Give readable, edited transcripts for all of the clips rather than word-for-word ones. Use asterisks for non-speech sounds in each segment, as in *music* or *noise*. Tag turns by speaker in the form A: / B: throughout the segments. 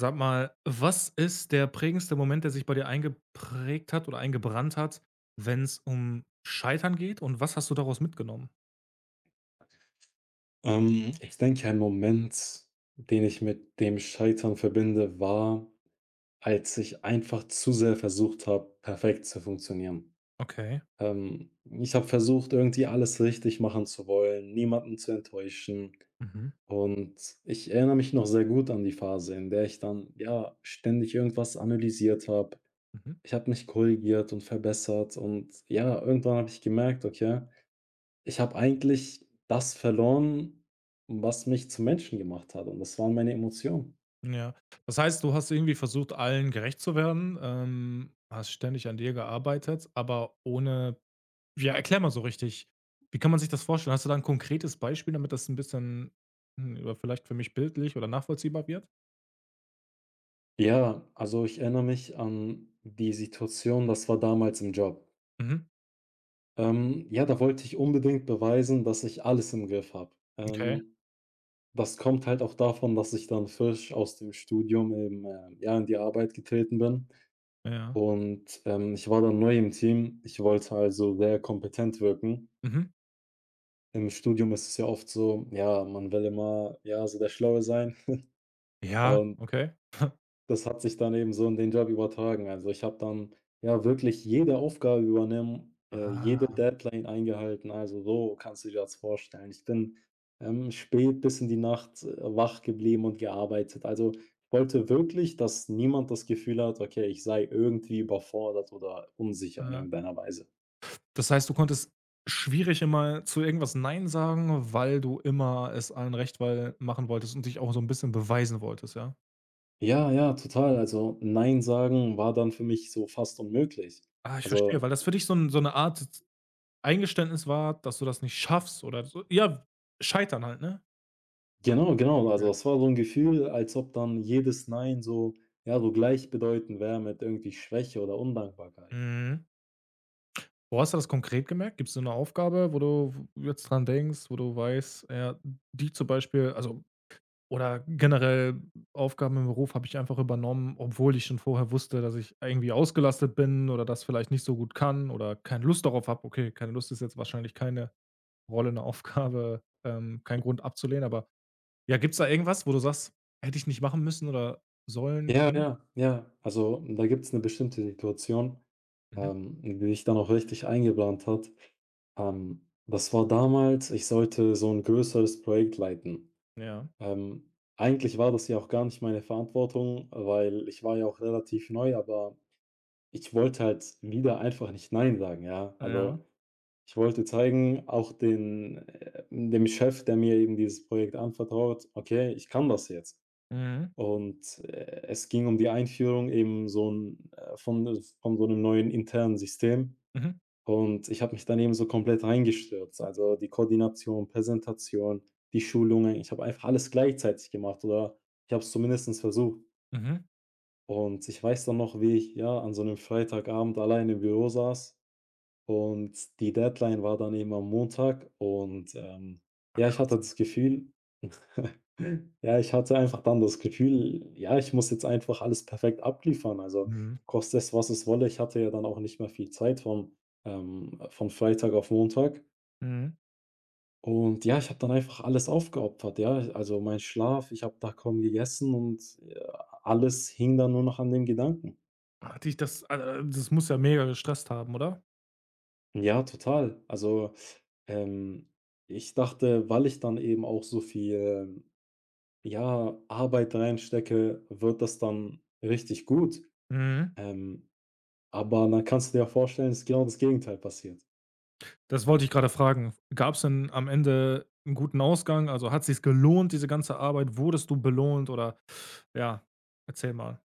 A: Sag mal, was ist der prägendste Moment, der sich bei dir eingeprägt hat oder eingebrannt hat, wenn es um Scheitern geht und was hast du daraus mitgenommen?
B: Ich denke, ein Moment, den ich mit dem Scheitern verbinde, war, als ich einfach zu sehr versucht habe, perfekt zu funktionieren.
A: Okay.
B: Ich habe versucht, irgendwie alles richtig machen zu wollen, niemanden zu enttäuschen.
A: Mhm.
B: Und ich erinnere mich noch sehr gut an die Phase, in der ich dann ja ständig irgendwas analysiert habe.
A: Mhm.
B: Ich habe mich korrigiert und verbessert und ja, irgendwann habe ich gemerkt, okay. Ich habe eigentlich das verloren, was mich zum Menschen gemacht hat und das waren meine Emotionen.
A: Ja. Das heißt, du hast irgendwie versucht, allen gerecht zu werden, hast ständig an dir gearbeitet, aber ohne, ja, erklär mal so richtig. Wie kann man sich das vorstellen? Hast du da 'n konkretes Beispiel, damit das ein bisschen, oder vielleicht für mich bildlich oder nachvollziehbar wird?
B: Ja, also ich erinnere mich an die Situation, das war damals im Job.
A: Mhm.
B: Ja, da wollte ich unbedingt beweisen, dass ich alles im Griff habe.
A: Okay.
B: Das kommt halt auch davon, dass ich dann frisch aus dem Studium eben, ja, in die Arbeit getreten bin
A: Ja.
B: und, ich war dann neu im Team. Ich wollte also sehr kompetent wirken.
A: Mhm.
B: Im Studium ist es ja oft so, ja, man will immer, ja, so der Schlaue sein.
A: Ja,
B: Und
A: okay.
B: das hat sich dann eben so in den Job übertragen. Also, ich habe dann, ja, wirklich jede Aufgabe übernommen, jede
A: Ah.
B: Deadline eingehalten. Also, so kannst du dir das vorstellen. Ich bin, spät bis in die Nacht, wach geblieben und gearbeitet. Also, ich wollte wirklich, dass niemand das Gefühl hat: „Okay, ich sei irgendwie überfordert oder unsicher in irgendeiner Weise.“
A: Das heißt, du konntest schwierig immer zu irgendwas „Nein" sagen, weil du immer es allen recht weil machen wolltest und dich auch so 'n bisschen beweisen wolltest, ja?
B: Ja, ja, total. Also, nein sagen war dann für mich so fast unmöglich.
A: Ah, ich verstehe,
B: Also
A: weil das für dich so 'n so 'ne Art Eingeständnis war, dass du das nicht schaffst oder so, ja, Scheitern halt, ne?
B: genau, genau. Also,
A: Okay.
B: das war so ein Gefühl, als ob dann jedes Nein so ja, so gleichbedeutend wäre mit irgendwie Schwäche oder Undankbarkeit.
A: Mhm. Wo hast du das konkret gemerkt? Gibt's so 'ne Aufgabe, wo du w jetzt dran denkst, wo du weißt, ja, die zum Beispiel, also, oder generell Aufgaben im Beruf habe ich einfach übernommen, obwohl ich schon vorher wusste, dass ich irgendwie ausgelastet bin oder das vielleicht nicht so gut kann oder keine Lust darauf habe. Okay, keine Lust ist jetzt wahrscheinlich keine Rolle, eine Aufgabe, kein Grund abzulehnen, aber ja, gibt's da irgendwas, wo du sagst: „Hätte ich nicht machen müssen oder sollen,
B: Ja,
A: können?"
B: ja, ja. Also, da gibt es eine bestimmte Situation,
A: Mhm.
B: die ich dann auch richtig eingeplant hat. Das war damals ich sollte so ein größeres Projekt leiten.
A: Ja.
B: Eigentlich war das ja auch gar nicht meine Verantwortung, weil ich war ja auch relativ neu, aber ich wollte halt wieder einfach nicht nein sagen, ja?
A: Ja.
B: Also ich wollte zeigen, auch den dem Chef, der mir eben dieses Projekt anvertraut: „Okay, ich kann das jetzt.“
A: Mhm.
B: Und, es ging um die Einführung eben so 'n von so einem neuen internen System.
A: Mhm.
B: Und ich habe mich dann eben so komplett reingestürzt. Also, die Koordination, Präsentation, die Schulungen. Ich habe einfach alles gleichzeitig gemacht oder ich habe es zumindest versucht.
A: Mhm.
B: Und ich weiß dann noch, wie ich, ja, an so einem Freitagabend allein im Büro saß und die Deadline war dann eben am Montag und,
A: Ah,
B: ja, ich hatte
A: krass.
B: das Gefühl *clears throat* *laughs* ja, ich hatte einfach dann das Gefühl, ja, ich muss jetzt einfach alles perfekt abliefern. Also,
A: Mhm.
B: koste es, was es wolle. Ich hatte ja dann auch nicht mehr viel Zeit von Freitag auf Montag.
A: Mhm.
B: Und ja, ich habe dann einfach alles aufgeopfert, ja. Also, mein Schlaf, ich habe da kaum gegessen und, äh, alles hing dann nur noch an dem Gedanken.
A: Also das muss ja mega gestresst haben, oder?
B: Ja, total. Also, ähm, ich dachte, weil ich dann eben auch so viel, ja, Arbeit reinstecke, wird das dann richtig gut.
A: Mhm.
B: Ähm, aber dann kannst du dir ja vorstellen, ist genau das Gegenteil passiert.
A: Das wollte ich gerade fragen. Gab's denn am Ende 'n guten Ausgang? Also, hat sich's gelohnt, diese ganze Arbeit? Wurdest du belohnt oder, ja, erzähl mal.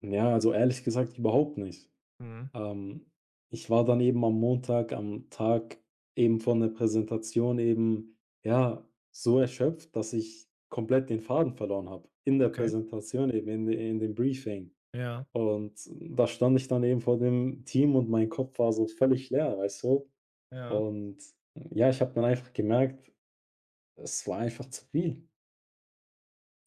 B: Ja, also ehrlich gesagt, überhaupt nicht.
A: Mhm,
B: Ähm, ich war dann eben am Montag, am Tag eben von der Präsentation eben, ja, so erschöpft, dass ich komplett den Faden verloren habe. In der
A: okay.
B: Präsentation eben, in dem Briefing.
A: Ja,
B: Und da stand ich dann eben vor dem Team und mein Kopf war so völlig leer, weißt du?
A: ja.
B: Und ja, ich habe dann einfach gemerkt, es war einfach zu viel.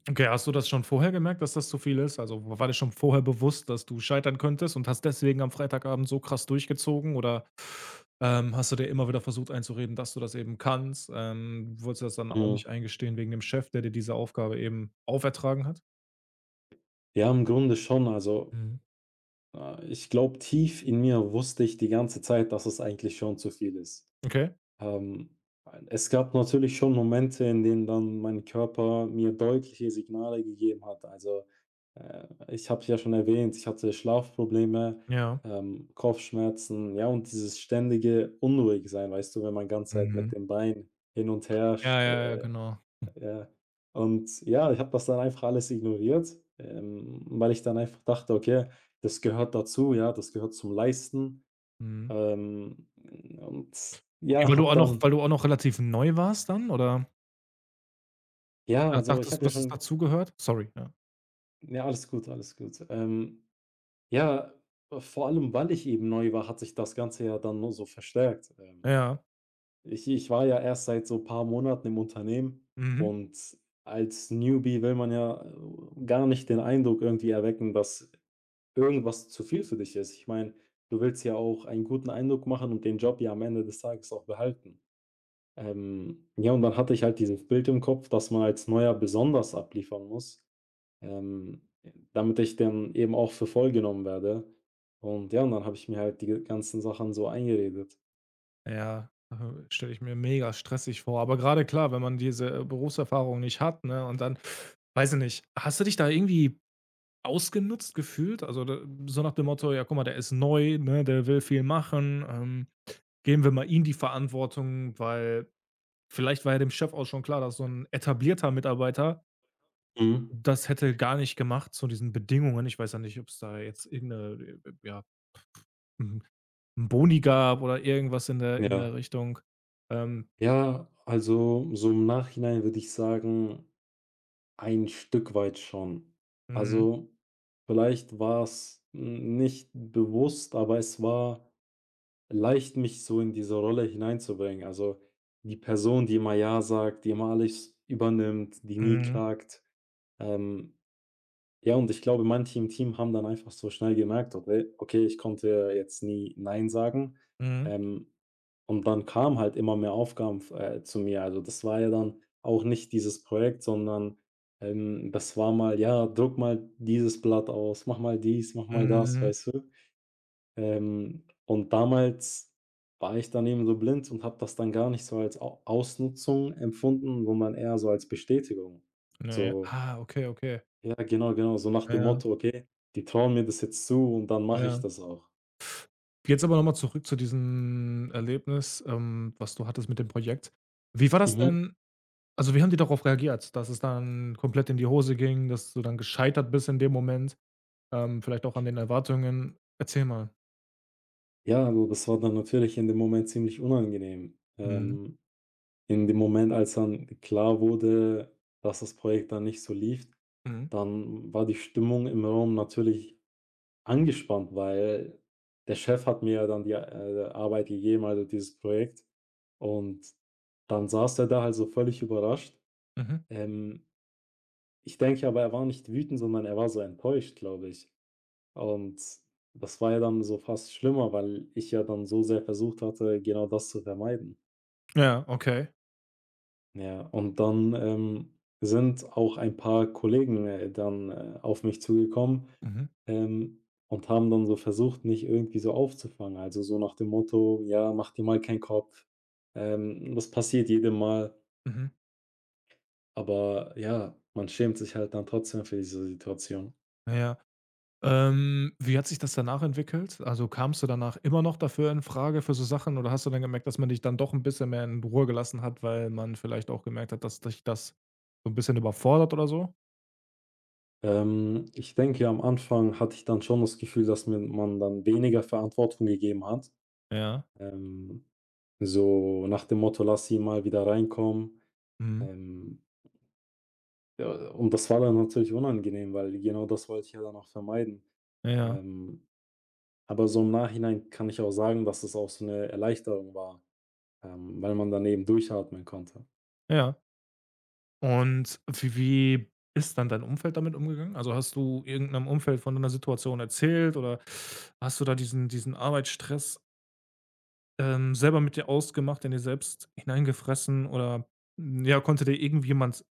A: Okay, hast du das schon vorher gemerkt, dass das zu viel ist? Also, w war dir schon vorher bewusst, dass du scheitern könntest und hast deswegen am Freitagabend so krass durchgezogen oder, hast du dir immer wieder versucht einzureden, dass du das eben kannst? Wolltest du das dann auch
B: Mhm.
A: nicht eingestehen wegen dem Chef, der dir diese Aufgabe eben aufertragen hat?
B: Ja, im Grunde schon. Also,
A: Mhm.
B: ich glaube, tief in mir wusste ich die ganze Zeit, dass es eigentlich schon zu viel ist.
A: Okay.
B: Ähm, es gab natürlich schon Momente, in denen dann mein Körper mir deutliche Signale gegeben hat. Also, Äh, ich habe ja schon erwähnt, ich hatte Schlafprobleme,
A: Ja.
B: Kopfschmerzen, ja, und dieses ständige Unruhigsein, weißt du, wenn man ganze Zeit mit
A: Mhm.
B: dem Bein hin und her
A: Ja,
B: sch
A: ja, ja, genau.
B: ja. Und ja, ich habe das dann einfach alles ignoriert, weil ich dann einfach dachte: „Okay, das gehört dazu, ja, das gehört zum Leisten.“
A: Mhm.
B: Und
A: Okay, weil
B: ja,
A: du
B: hat
A: auch noch weil
B: dann
A: du auch noch relativ neu warst dann oder
B: ja,
A: da
B: also, ich
A: dachtest
B: habe
A: du,
B: ja
A: dass es
B: schon
A: dazugehört? Sorry, ja.
B: ja, alles gut, alles gut. Ja, vor allem, weil ich eben neu war, hat sich das Ganze ja dann nur so verstärkt.
A: Ja.
B: Ich war ja erst seit so ein paar Monaten im Unternehmen
A: Mhm.
B: und als Newbie will man ja, gar nicht den Eindruck irgendwie erwecken, dass irgendwas zu viel für dich ist. Ich meine, du willst ja auch einen guten Eindruck machen und den Job ja am Ende des Tages auch behalten. Ja, und dann hatte ich halt dieses Bild im Kopf, dass man als Neuer besonders abliefern muss. Ähm, damit ich dann eben auch für voll genommen werde. Und ja, und dann habe ich mir halt die ganzen Sachen so eingeredet.
A: Ja, stelle ich mir mega stressig vor. Aber grade klar, wenn man diese Berufserfahrung nicht hat, ne, und dann weiß ich nicht, hast du dich da irgendwie ausgenutzt gefühlt? Also, da so nach dem Motto: „Ja, guck mal, der ist neu, ne, der will viel machen, geben wir mal ihm die Verantwortung", weil vielleicht war ja dem Chef auch schon klar, dass so 'n etablierter Mitarbeiter
B: Mhm.
A: das hätte gar nicht gemacht zu diesen Bedingungen. Ich weiß ja nicht, ob es da jetzt ja, 'n 'n Boni gab oder irgendwas in der
B: Ja.
A: Richtung. Ähm,
B: Ja, also so im Nachhinein würde ich sagen, ein Stück weit schon.
A: mhm,
B: Also vielleicht war es nicht bewusst, aber es war leicht, mich so in diese Rolle hineinzubringen. Also die Person, die immer Ja sagt, die immer alles übernimmt, die nie
A: mhm,
B: klagt. Ähm, Ja, und ich glaube, manche im Team haben dann einfach so schnell gemerkt, okay, ich konnte jetzt nie nein sagen.
A: mhm,
B: Ähm, und dann kamen halt immer mehr Aufgaben, zu mir. Also, das war ja dann auch nicht dieses Projekt, sondern, das war mal: „Ja, druck mal dieses Blatt aus, mach mal dies, mach mal das“,
A: mhm,
B: weißt du? Und damals war ich dann eben so blind und habe das dann gar nicht so als Au Ausnutzung empfunden, sondern eher so als Bestätigung.
A: ne,
B: So
A: ah, okay, okay.
B: ja, genau, genau, so nach dem
A: Ja,
B: Motto: „Okay, die trauen mir das jetzt zu und dann mache ich
A: ja.
B: das auch.“
A: Jetzt aber noch mal zurück zu diesem Erlebnis, was du hattest mit dem Projekt. Wie war das
B: Mhm.
A: denn Also, wie haben die darauf reagiert, dass es dann komplett in die Hose ging, dass du dann gescheitert bist in dem Moment, vielleicht auch an den Erwartungen? Erzähl mal.
B: Ja, also, das war dann natürlich in dem Moment ziemlich unangenehm.
A: Mhm,
B: In dem Moment, als dann klar wurde, dass das Projekt dann nicht so lief,
A: mhm.
B: dann war die Stimmung im Raum natürlich angespannt, weil der Chef hat mir ja dann die, Arbeit gegeben, also dieses Projekt. Und dann saß er da halt so völlig überrascht.
A: Mhm.
B: Ähm, ich denke aber, er war nicht wütend, sondern er war so enttäuscht, glaube ich. Und das war ja dann so fast schlimmer, weil ich ja dann so sehr versucht hatte, genau das zu vermeiden.
A: Ja, okay.
B: Ja, und dann, sind auch ein paar Kollegen, dann, auf mich zugekommen,
A: Mhm.
B: und haben dann so versucht, mich irgendwie so aufzufangen. Also so nach dem Motto: „Ja, mach dir mal keinen Kopf, das passiert jedem mal.“
A: Mhm.
B: Aber ja, man schämt sich halt dann trotzdem für diese Situation.
A: Ja. Wie hat sich das danach entwickelt? Also, kamst du danach immer noch dafür in Frage für so Sachen oder hast du dann gemerkt, dass man dich dann doch ein bisschen mehr in Ruhe gelassen hat, weil man vielleicht auch gemerkt hat, dass dich das so ein bisschen überfordert oder so?
B: Ich denke, am Anfang hatte ich dann schon das Gefühl, dass mir man dann weniger Verantwortung gegeben hat.
A: Ja.
B: Ähm, so nach dem Motto, lass sie mal wieder reinkommen.
A: Mhm.
B: Ähm, ja, und das war dann natürlich unangenehm, weil genau das wollte ich ja dann auch vermeiden.
A: Ja,
B: Ähm, aber so im Nachhinein kann ich auch sagen, dass es auch so eine Erleichterung war, weil man dann eben durchatmen konnte.
A: ja. Und wie ist dann dein Umfeld damit umgegangen? Also, hast du irgendeinem Umfeld von deiner Situation erzählt oder hast du da diesen Arbeitsstress, selber mit dir ausgemacht, in dir selbst hineingefressen oder, ja, konnte dir irgendjemand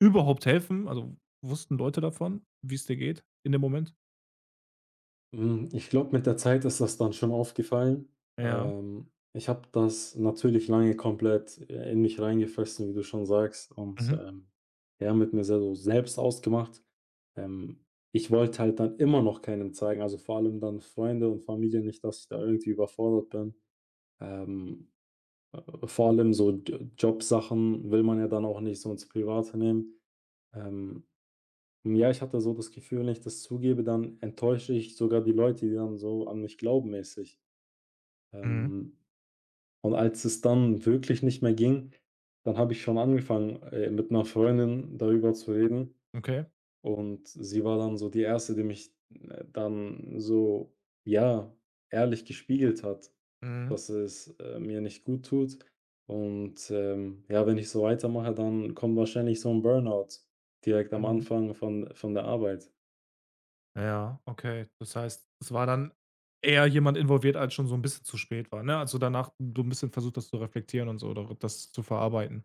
A: überhaupt helfen? Also, wussten Leute davon, wie es dir geht in dem Moment?
B: Hm, ich glaube, mit der Zeit ist das dann schon aufgefallen.
A: Ja.
B: Ich habe das natürlich lange komplett, in mich reingefressen, wie du schon sagst, und,
A: Mhm.
B: ja, mit mir sehr so selbst ausgemacht. Ähm, ich wollte halt dann immer noch keinem zeigen, also, vor allem dann Freunde und Familie nicht, dass ich da irgendwie überfordert bin. Ähm, vor allem so J Jobsachen will man ja dann auch nicht so ins Private nehmen. Ähm ja, ich hatte so das Gefühl, wenn ich das zugebe, dann enttäusche ich sogar die Leute, die dann so an mich glauben mäßig.
A: Mhm.
B: Ähm, und als es dann wirklich nicht mehr ging, dann habe ich schon angefangen, mit 'ner Freundin darüber zu reden
A: Okay.
B: und sie war dann so die Erste, die mich, dann so, ja, ehrlich gespiegelt hat,
A: Mhm.
B: dass es, mir nicht gut tut. Und, ja, wenn ich so weitermache, dann kommt wahrscheinlich so ein Burnout direkt am
A: Mhm.
B: Anfang von der Arbeit.
A: Ja, okay. Das heißt, es war dann eher jemand involviert, als schon so ein bisschen zu spät war, ne? Also danach so ein bisschen versucht hast zu reflektieren und so oder das zu verarbeiten.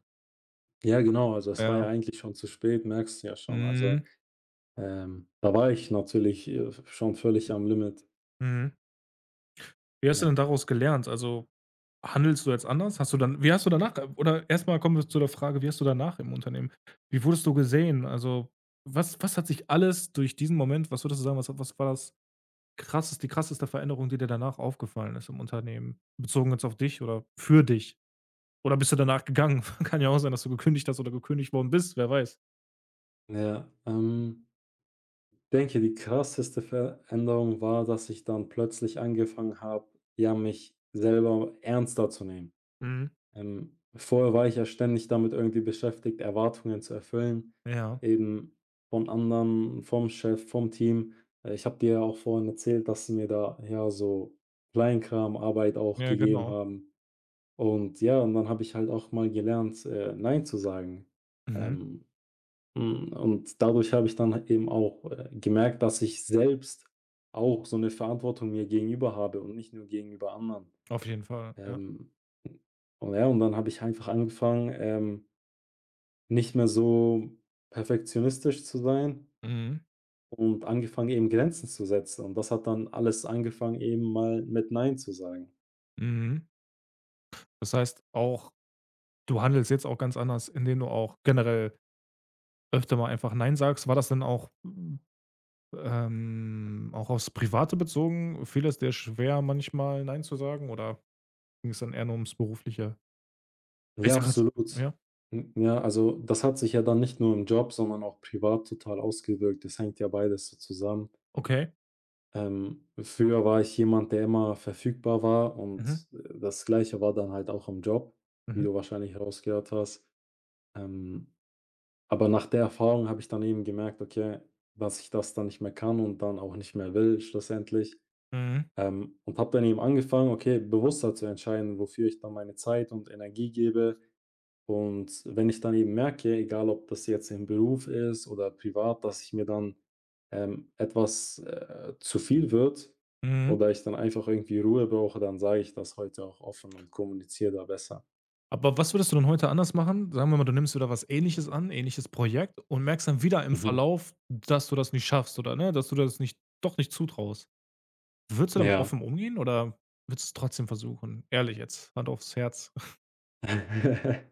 B: Ja, genau. Also, es war ja
A: Ja.
B: eigentlich schon zu spät, merkst du ja schon. Also,
A: Mhm.
B: da war ich natürlich, schon völlig am Limit.
A: Mhm. Wie hast du
B: Ja.
A: denn daraus gelernt? Also, handelst du jetzt anders? Hast du dann wie hast du danach oder erstmal kommen wir zu der Frage, wie hast du danach im Unternehmen, wie wurdest du gesehen? Also, was hat sich alles durch diesen Moment, was würdest du sagen, was war das krasseste die krasseste Veränderung, die dir danach aufgefallen ist im Unternehmen, bezogen jetzt auf dich oder für dich? Oder bist du danach gegangen? *laughs* Kann ja auch sein, dass du gekündigt hast oder gekündigt worden bist, wer weiß.
B: Ja, denke, die krasseste Veränderung war, dass ich dann plötzlich angefangen habe, ja, mich selber ernster zu nehmen.
A: Mhm.
B: Vorher war ich ja ständig damit irgendwie beschäftigt, Erwartungen zu erfüllen,
A: Ja.
B: eben von anderen, vom Chef, vom Team. Ich habe dir ja auch vorhin erzählt, dass sie mir da, ja, so Kleinkram, Arbeit auch
A: Ja,
B: gegeben
A: genau.
B: haben. Und ja, und dann habe ich halt auch mal gelernt, nein zu sagen.
A: Mhm.
B: Ähm, und dadurch habe ich dann eben auch, gemerkt, dass ich selbst auch so eine Verantwortung mir gegenüber habe und nicht nur gegenüber anderen.
A: Auf jeden Fall, ja.
B: Ähm, und ja, und dann habe ich einfach angefangen, nicht mehr so perfektionistisch zu sein
A: Mhm.
B: und angefangen, eben Grenzen zu setzen. Und das hat dann alles angefangen, eben mal mit nein zu sagen.
A: Mhm. Das heißt auch, du handelst jetzt auch ganz anders, indem du auch generell öfter mal einfach „Nein" sagst, war das denn auch, auch aufs Private bezogen? Fiel es dir schwer, manchmal „Nein" zu sagen oder ging's dann eher nur ums Berufliche? Ich
B: Ja,
A: sag jetzt,
B: absolut.
A: ja,
B: Hm, ja, also, das hat sich ja dann nicht nur im Job, sondern auch privat total ausgewirkt. Das hängt ja beides so zusammen.
A: okay.
B: Früher war ich jemand, der immer verfügbar war
A: Mhm,
B: und, das Gleiche war dann halt auch im Job, wie
A: mhm,
B: du wahrscheinlich rausgehört hast. Ähm, aber nach der Erfahrung habe ich dann eben gemerkt, okay, dass ich das dann nicht mehr kann und dann auch nicht mehr will schlussendlich.
A: mhm,
B: Und habe dann eben angefangen, okay, bewusster zu entscheiden, wofür ich dann meine Zeit und Energie gebe und wenn ich dann eben merke, egal ob das jetzt im Beruf ist oder privat, dass ich mir dann etwas zu viel wird
A: mhm.
B: oder ich dann einfach irgendwie Ruhe brauche, dann sage ich das heute auch offen und kommuniziere da besser.
A: Aber was würdest du denn heute anders machen? Sagen wir mal, du nimmst wieder was Ähnliches an, ähnliches Projekt und merkst dann wieder im
B: Mhm.
A: Verlauf, dass du das nicht schaffst oder, ne, dass du das nicht doch nicht zutraust. Würdest du damit
B: Ja.
A: offen umgehen oder würdest du es trotzdem versuchen? Ehrlich jetzt, Hand aufs Herz. *laughs*
B: *laughs*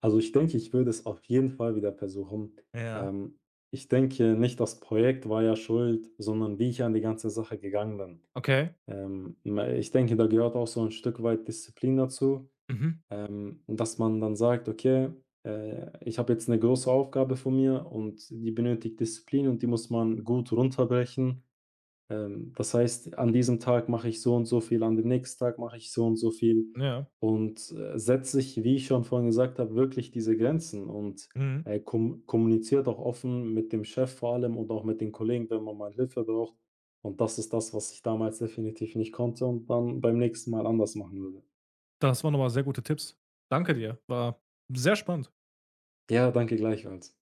B: Also ich denke, ich würde es auf jeden Fall wieder versuchen.
A: Ja.
B: Ähm, ich denke nicht, das Projekt war ja schuld, sondern wie ich an die ganze Sache gegangen bin.
A: Okay.
B: Ähm, ich denke, da gehört auch so ein Stück weit Disziplin dazu.
A: Mhm.
B: Dass man dann sagt: „Okay, ich habe jetzt eine große Aufgabe vor mir und die benötigt Disziplin und die muss man gut runterbrechen. Das heißt, an diesem Tag mache ich so und so viel, an dem nächsten Tag mache ich so und so viel.“
A: Ja.
B: Und, setzt sich, wie ich schon vorhin gesagt habe, wirklich diese Grenzen und,
A: Mhm.
B: kommuniziert auch offen mit dem Chef vor allem und auch mit den Kollegen, wenn man mal Hilfe braucht. Und das ist das, was ich damals definitiv nicht konnte und dann beim nächsten Mal anders machen würde.
A: Das waren aber sehr gute Tipps. Danke dir. War sehr spannend.
B: Ja, danke gleichfalls.